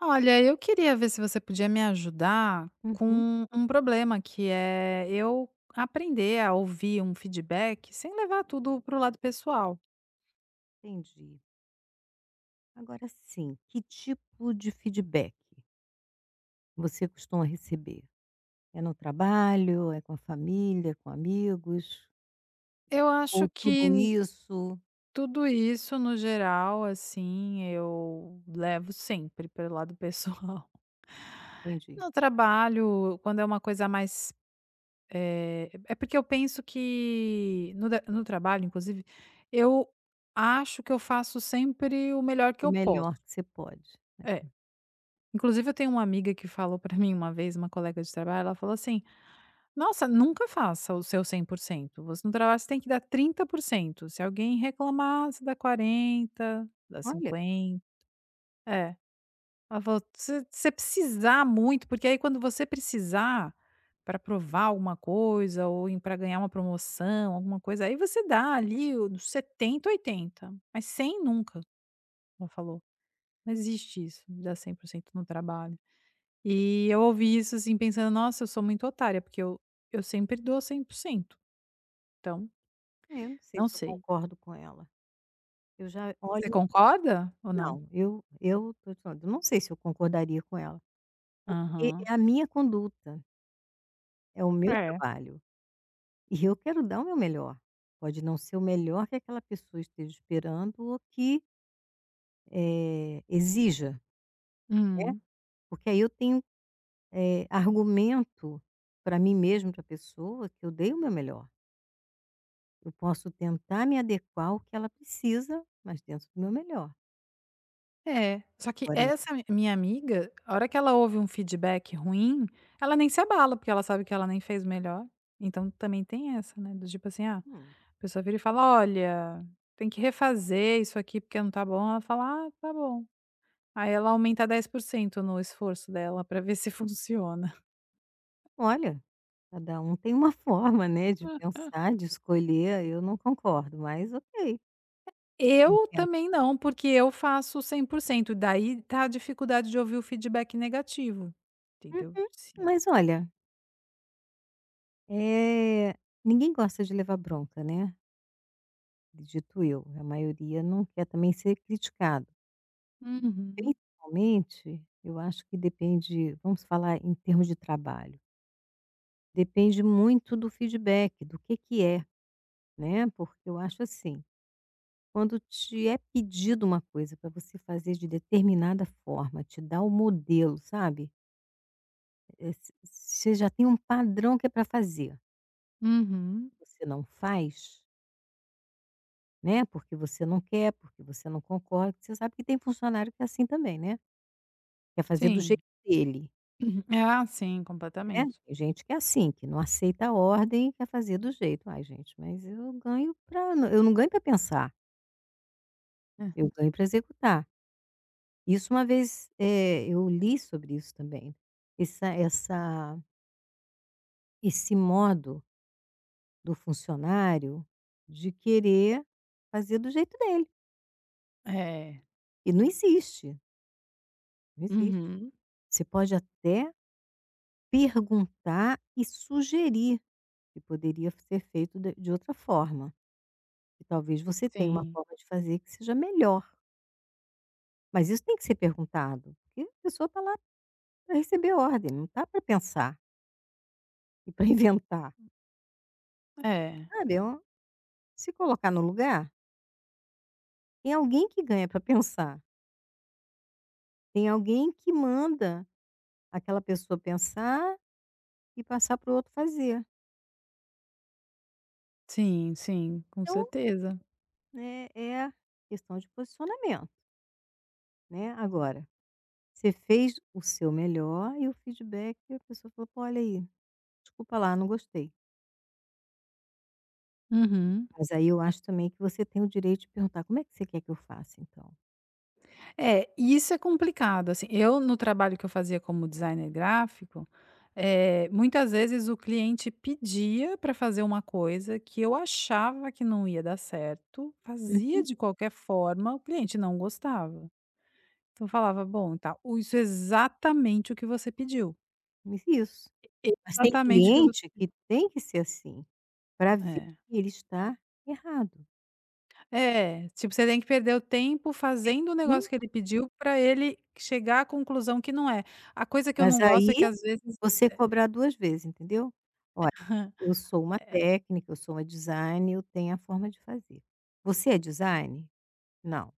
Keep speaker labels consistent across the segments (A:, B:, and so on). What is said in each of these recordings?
A: Olha, eu queria ver se você podia me ajudar
B: Uhum.
A: com um problema que é eu aprender a ouvir um feedback sem levar tudo para o lado pessoal.
B: Entendi. Agora sim, que tipo de feedback você costuma receber? É no trabalho, é com a família, com amigos,
A: Eu acho
B: ou tudo
A: que
B: isso?
A: tudo isso, no geral, assim, eu levo sempre pelo lado pessoal.
B: Entendi.
A: No trabalho, quando é uma coisa mais. É, porque eu penso que no trabalho, inclusive, eu acho que eu faço sempre o melhor que
B: O
A: eu posso.
B: melhor que você pode?
A: É. Inclusive eu tenho uma amiga que falou pra mim uma vez, uma colega de trabalho, ela falou assim: "Nossa, nunca faça o seu 100%, você no trabalho você tem que dar 30%. Se alguém reclamar, você dá 40, dá
B: Olha,
A: 50". É, ela falou: "Se você precisar muito, porque aí quando você precisar para provar alguma coisa ou para ganhar uma promoção, alguma coisa, aí você dá ali o dos 70, 80, mas 100 nunca", ela falou. "Não existe isso de dar 100% no trabalho". E eu ouvi isso, assim, pensando: "Nossa, eu sou muito otária, porque eu sempre dou 100%. Então,
B: eu não sei
A: não
B: se eu
A: sei".
B: concordo com ela. Eu já
A: Você
B: olho,
A: concorda ou não?
B: não, eu tô te falando, eu não sei se eu concordaria com ela, porque
A: Aham.
B: é a minha conduta, é o meu
A: É.
B: trabalho e eu quero dar o meu melhor. Pode não ser o melhor que aquela pessoa esteja esperando ou que exija, né,
A: Hum.
B: porque aí eu tenho, argumento para mim mesmo, para a pessoa, que eu dei o meu melhor. Eu posso tentar me adequar ao que ela precisa, mas dentro do meu melhor.
A: É. Só que
B: Agora,
A: essa mi minha amiga, a hora que ela ouve um feedback ruim, ela nem se abala, porque ela sabe que ela nem fez o melhor. Então também tem essa, né, do tipo assim, ah, a
B: hum,
A: pessoa vira e fala: "Olha, tem que refazer isso aqui porque não tá bom". Ela fala: "Ah, tá bom". Aí ela aumenta 10% no esforço dela pra ver se funciona.
B: olha, cada um tem uma forma, né, de pensar, de escolher, eu não concordo, mas ok.
A: Eu
B: Entendo.
A: também não, porque eu faço 100%. Daí tá a dificuldade de ouvir o feedback negativo,
B: Uhum.
A: entendeu? Sim.
B: Mas olha, eh, ninguém gosta de levar bronca, né, dito eu, a maioria não quer também ser criticado.
A: Uhum,
B: Principalmente, eu acho que depende, vamos falar em termos de trabalho, depende muito do feedback, do que é, né, porque eu acho assim, quando te é pedido uma coisa para você fazer de determinada forma, te dá o modelo, sabe, se você já tem um padrão que é para fazer,
A: uhum,
B: você não faz, né, porque você não quer, porque você não concorda, porque você sabe que tem funcionário que é assim também, né, quer fazer do
A: sim.
B: jeito dele.
A: Ah, sim,
B: Né,
A: completamente.
B: tem gente que é assim, que não aceita a ordem e quer fazer do jeito. Ai gente, mas eu ganho para, eu não ganho para pensar, eu ganho para executar. Isso uma vez, eu li sobre isso também, essa esse modo do funcionário de querer fazer do jeito dele,
A: É,
B: e não existe, não existe.
A: uhum,
B: Você pode até perguntar e sugerir que poderia ser feito de outra forma, que talvez você tenha uma
A: sim,
B: forma de fazer que seja melhor. Mas isso tem que ser perguntado, porque a pessoa está lá para receber ordem, não está para pensar e para inventar,
A: é,
B: sabe, é um se colocar no lugar, tem alguém que ganha para pensar, tem alguém que manda aquela pessoa pensar e passar para o outro fazer.
A: sim, sim, com
B: Então,
A: certeza.
B: né, é questão de posicionamento, né. Agora, você fez o seu melhor e o feedback a pessoa falou: "Pô, olha aí, desculpa lá, não gostei".
A: Uhum.
B: Mas aí eu acho também que você tem o direito de perguntar: "Como é que você quer que eu faça então?".
A: É, isso é complicado, assim, eu no trabalho que eu fazia como designer gráfico, muitas vezes o cliente pedia para fazer uma coisa que eu achava que não ia dar certo,
B: Uhum.
A: fazia de qualquer forma, o cliente não gostava. Então eu falava: "Bom, tá, o isso é exatamente o que você pediu,
B: Isso. Mas tem
A: exatamente o que você".
B: cliente que tem que ser assim, para ver
A: É.
B: que ele está errado.
A: É, tipo, você tem que perder o tempo
B: Se,
A: fazendo o negócio que ele pediu para ele chegar à conclusão que não é. A coisa que eu
B: mas
A: não gosto é que
B: aí
A: às vezes.
B: você cobrar 2 vezes, entendeu? Eu sou uma técnica, eu sou uma design, eu tenho a forma de fazer. Você é design? Não.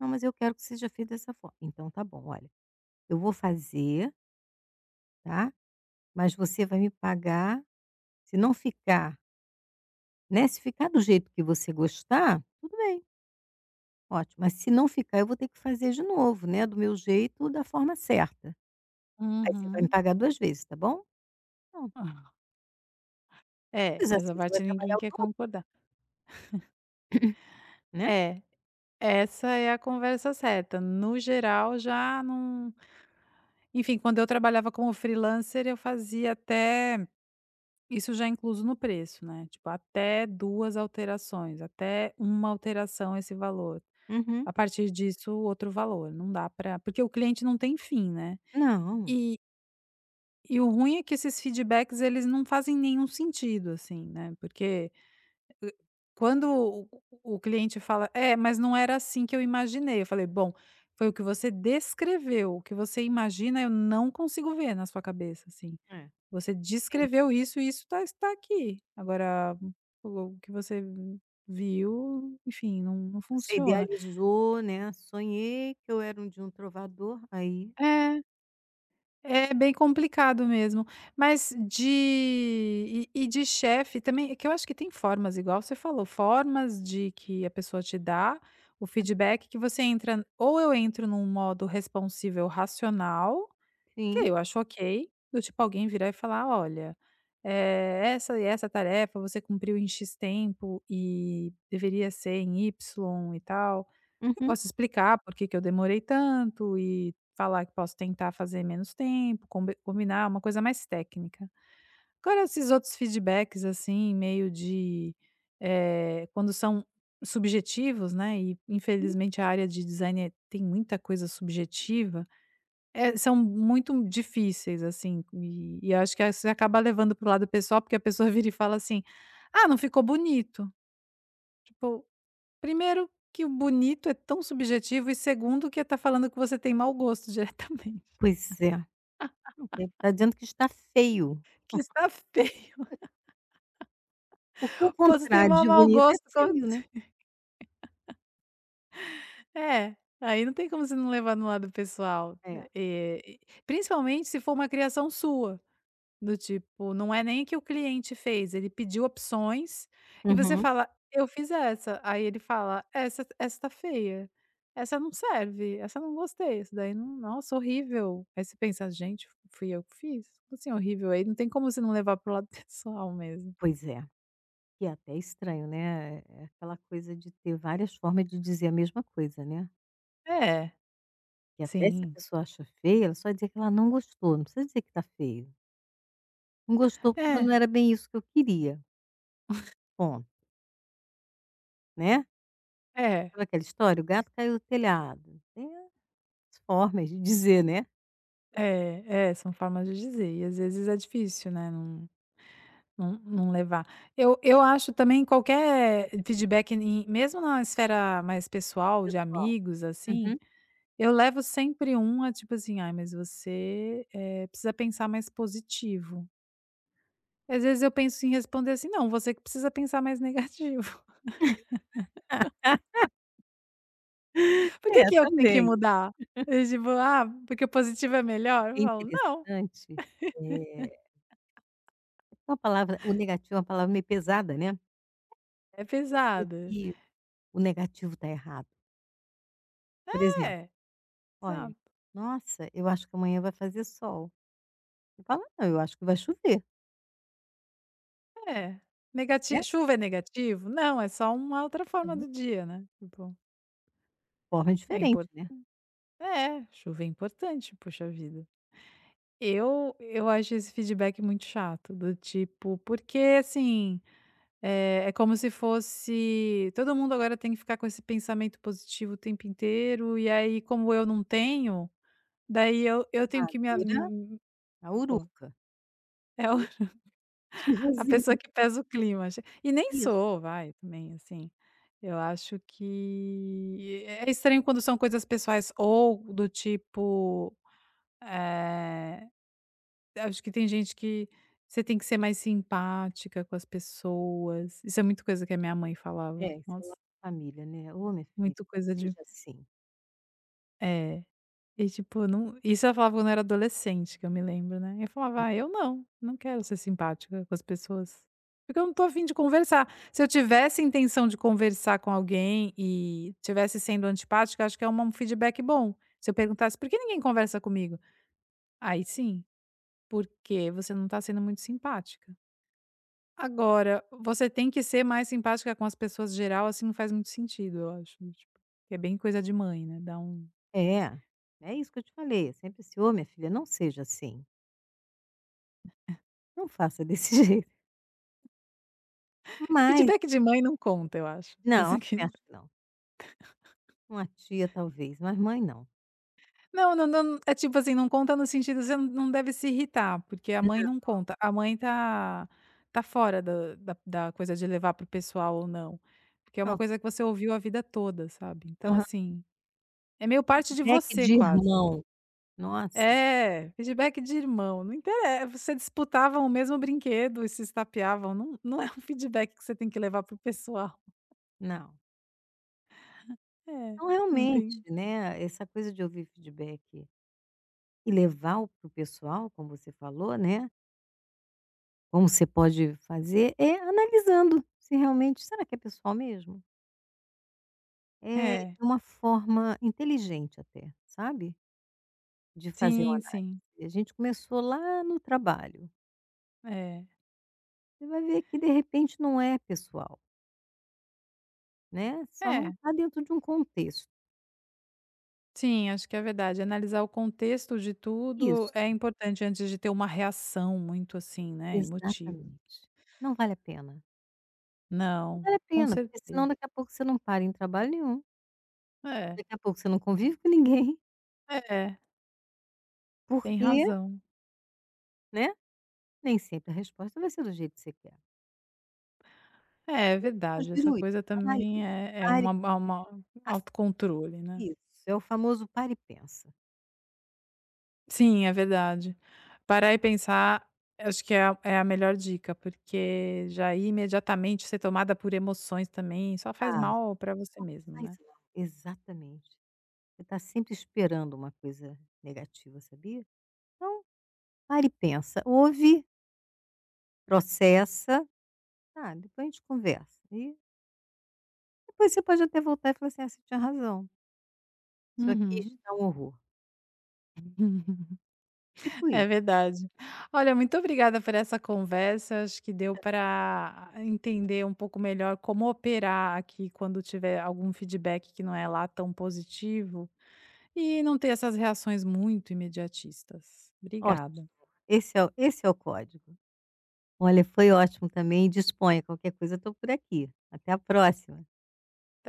B: Não, mas eu quero que seja feito dessa forma. Então tá bom, olha, eu vou fazer, tá? Mas você vai me pagar, se não ficar, né, se ficar do jeito que você gostar, tudo bem. Ótimo, mas se não ficar, eu vou ter que fazer de novo, né, do meu jeito, da forma certa. Aí você vai me
A: Uhum.
B: pagar duas vezes, tá bom? Não,
A: Ah, é,
B: simples
A: essa
B: assim, você vai
A: parte ninguém
B: trabalhar o
A: quer
B: dobro,
A: concordar.
B: né.
A: É, essa é a conversa certa. No geral, já não, enfim, quando eu trabalhava como freelancer, eu fazia até isso já é incluso no preço, né, tipo, até 2 alterações, até uma alteração esse valor.
B: Uhum.
A: A partir disso, outro valor, não dá, para porque o cliente não tem fim, né.
B: Não,
A: E e o ruim é que esses feedbacks eles não fazem nenhum sentido, assim, né, porque. E quando o cliente fala: "É, mas não era assim que eu imaginei", eu falei: "Bom, foi o que você descreveu, o que você imagina eu não consigo ver na sua cabeça, assim.
B: é,
A: Você
B: tem,
A: descreveu isso e isso está aqui. Agora o que você viu, enfim, não
B: você
A: funciona".
B: idealizou, né, "Sonhei que eu era um de um trovador", aí
A: É. É bem complicado mesmo. Mas de e de chefe também, é que eu acho que tem formas, igual você falou, formas de que a pessoa te dá o feedback, que você entra ou eu entro num modo responsível racional que
B: sim.
A: eu acho ok, do tipo alguém virar e falar: "Olha, essa e essa tarefa você cumpriu em X tempo e deveria ser em Y e tal". Eu
B: Uhum.
A: posso explicar por que que eu demorei tanto e falar que posso tentar fazer menos tempo, combinar, uma coisa mais técnica. Agora esses outros feedbacks, assim, meio de, quando são subjetivos, né, e infelizmente a área de design tem muita coisa subjetiva, são muito difíceis, assim, e acho que você acaba levando para o lado pessoal, porque a pessoa vira e fala assim: "Ah, não ficou bonito". Tipo, primeiro que o bonito é tão subjetivo e segundo que tá falando que você tem mau gosto diretamente,
B: Pois é. Não, porque tá dizendo que está feio,
A: que está feio.
B: porque o
A: Pô, você tem
B: contrário
A: maior
B: de
A: mau
B: bonito é
A: gosto, como
B: feio, né.
A: é, aí não tem como você não levar no lado pessoal.
B: É.
A: Eh, Principalmente se for uma criação sua. Do tipo, não é nem que o cliente fez, ele pediu opções e você
B: Uhum.
A: fala: "Eu fiz essa", aí ele fala: "Essa tá feia, essa não serve, essa não gostei, essa daí não, nossa, horrível". Aí você pensa: "Gente, fui eu que fiz? Como assim horrível?". Aí não tem como você não levar para o lado pessoal mesmo.
B: Pois é. E é até estranho, né, é aquela coisa de ter várias formas de dizer a mesma coisa, né.
A: É,
B: E até se a
A: sim.
B: pessoa acha feia, ela só dizer que ela não gostou, não precisa dizer que tá feio. Não gostou porque
A: É,
B: não era bem isso que eu queria, ponto, né.
A: é,
B: Sabe aquela história, o gato caiu do telhado, tem as formas de dizer, né,
A: é, é, são formas de dizer e às vezes é difícil, né, não levar. Eu acho também qualquer feedback, em mesmo na esfera mais pessoal, de
B: pessoal.
A: amigos, assim,
B: Uhum.
A: eu levo sempre uma, tipo assim: "Ai, mas você, precisa pensar mais positivo". Às vezes eu penso em responder assim: "Não, você que precisa pensar mais negativo. Por que
B: É,
A: que eu que tenho que
B: também.
A: mudar?". E tipo: "Ah, porque positivo é
B: O
A: melhor?".
B: que
A: Eu
B: é
A: falo: "Não,
B: interessante, é uma palavra, o negativo é uma palavra meio pesada, né,
A: é
B: e
A: pesado".
B: que o negativo tá errado. Por exemplo,
A: É,
B: olha,
A: exato.
B: nossa, eu acho que amanhã vai fazer sol. Eu falo: "Não, eu acho que vai chover",
A: É.
B: né.
A: Negati, chuva é negativo? Não, é só uma outra forma
B: Então,
A: do dia, né, tipo,
B: forma
A: é.
B: diferente, né.
A: É, chuva é importante, poxa vida. Eu acho esse feedback muito chato, do tipo, porque, assim, é como se fosse, todo mundo agora tem que ficar com esse pensamento positivo o tempo inteiro, e aí como eu não tenho, daí eu tenho
B: Ah,
A: que me a me
B: vira
A: me
B: a
A: pô,
B: uruca,
A: é o,
B: né.
A: a pessoa
B: Tijozinho.
A: que pesa o clima, che e nem
B: Isso.
A: sou, vai, também, assim. Eu acho que é estranho quando são coisas pessoais ou do tipo, eh acho que tem gente que você tem que ser mais simpática com as pessoas. Isso é muito coisa que a minha mãe falava.
B: É, isso é uma
A: Nossa,
B: família, né. "Ô, minha filha,
A: muito
B: não
A: coisa de
B: seja assim".
A: é. E tipo, não, isso ela falava quando eu era adolescente, que eu me lembro, né. Eu falava: "Ah, eu não, não quero ser simpática com as pessoas, porque eu não tô afim de conversar". Se eu tivesse intenção de conversar com alguém e tivesse sendo antipática, acho que é uma um feedback bom. Se eu perguntasse: "Por que ninguém conversa comigo?", aí sim, "Porque você não tá sendo muito simpática". Agora, você tem que ser mais simpática com as pessoas geral, assim, não faz muito sentido, eu acho, tipo, é bem coisa de mãe, né, dá um
B: É, é isso que eu te falei, é sempre assim: "Ô, minha filha, não seja assim, não faça desse jeito". Mas
A: feedback de mãe, não conta, eu acho.
B: não, eu
A: Que
B: também acho que não. Uma tia talvez, mas mãe não.
A: não, não não, é tipo assim, não conta no sentido, você não deve se irritar, porque a
B: Não.
A: mãe não conta, a mãe tá fora da coisa de levar pro pessoal ou não, porque é uma
B: Não.
A: coisa que você ouviu a vida toda, sabe. Então
B: Aham.
A: assim, é meio parte de
B: Feedback
A: você
B: de
A: quase.
B: irmão, nossa,
A: É, feedback de irmão, não interessa, você disputavam o mesmo brinquedo e se estapeavam, não é um feedback que você tem que levar pro pessoal.
B: não.
A: É,
B: Então,
A: não
B: realmente,
A: tem,
B: né, essa coisa de ouvir feedback e levar o para o pessoal, como você falou, né, como você pode fazer é analisando, se realmente será que é pessoal mesmo? É
A: é,
B: uma forma inteligente até, sabe, de fazer uma
A: sim,
B: análise.
A: sim,
B: A gente começou lá no trabalho,
A: é.
B: você vai ver que de repente não é pessoal, né, só não
A: É,
B: está dentro de um contexto.
A: sim, acho que é verdade, analisar o contexto de tudo
B: Isso,
A: é importante antes de ter uma reação muito, assim, né, emotiva.
B: exatamente. Não vale a pena, não
A: Não,
B: vale a
A: com
B: pena, porque
A: certeza.
B: senão daqui a pouco você não para em trabalho nenhum.
A: É,
B: Daqui a pouco você não convive com ninguém,
A: é, tem
B: porque,
A: razão.
B: né, nem sempre a resposta vai ser do jeito que você quer.
A: É, é verdade,
B: Sugiro
A: essa
B: isso,
A: coisa
B: analise,
A: também é é
B: pare,
A: uma é uma
B: a
A: autocontrole, né.
B: isso, é o famoso pare e pensa.
A: Sim, é verdade. Parar e pensar, acho que é a melhor dica, porque já ir imediatamente ser tomada por emoções também só faz
B: Ah,
A: mal para você
B: só
A: mesmo,
B: faz
A: né.
B: lá. Exatamente. Você está sempre esperando uma coisa negativa, sabia? Então, pare e pensa, ouve, processa, ah, depois a gente conversa. E depois você pode até voltar e falar assim: "Ah, você tinha razão, isso aqui
A: Uhum.
B: está um horror". Tipo
A: É
B: isso.
A: verdade. Olha, muito obrigada por essa conversa, acho que deu para entender um pouco melhor como operar aqui quando tiver algum feedback que não é lá tão positivo, e não ter essas reações muito imediatistas.
B: Ótimo,
A: Obrigada.
B: esse é o código. Olha, foi ótimo também. Disponha, qualquer coisa eu estou por aqui. Até a próxima.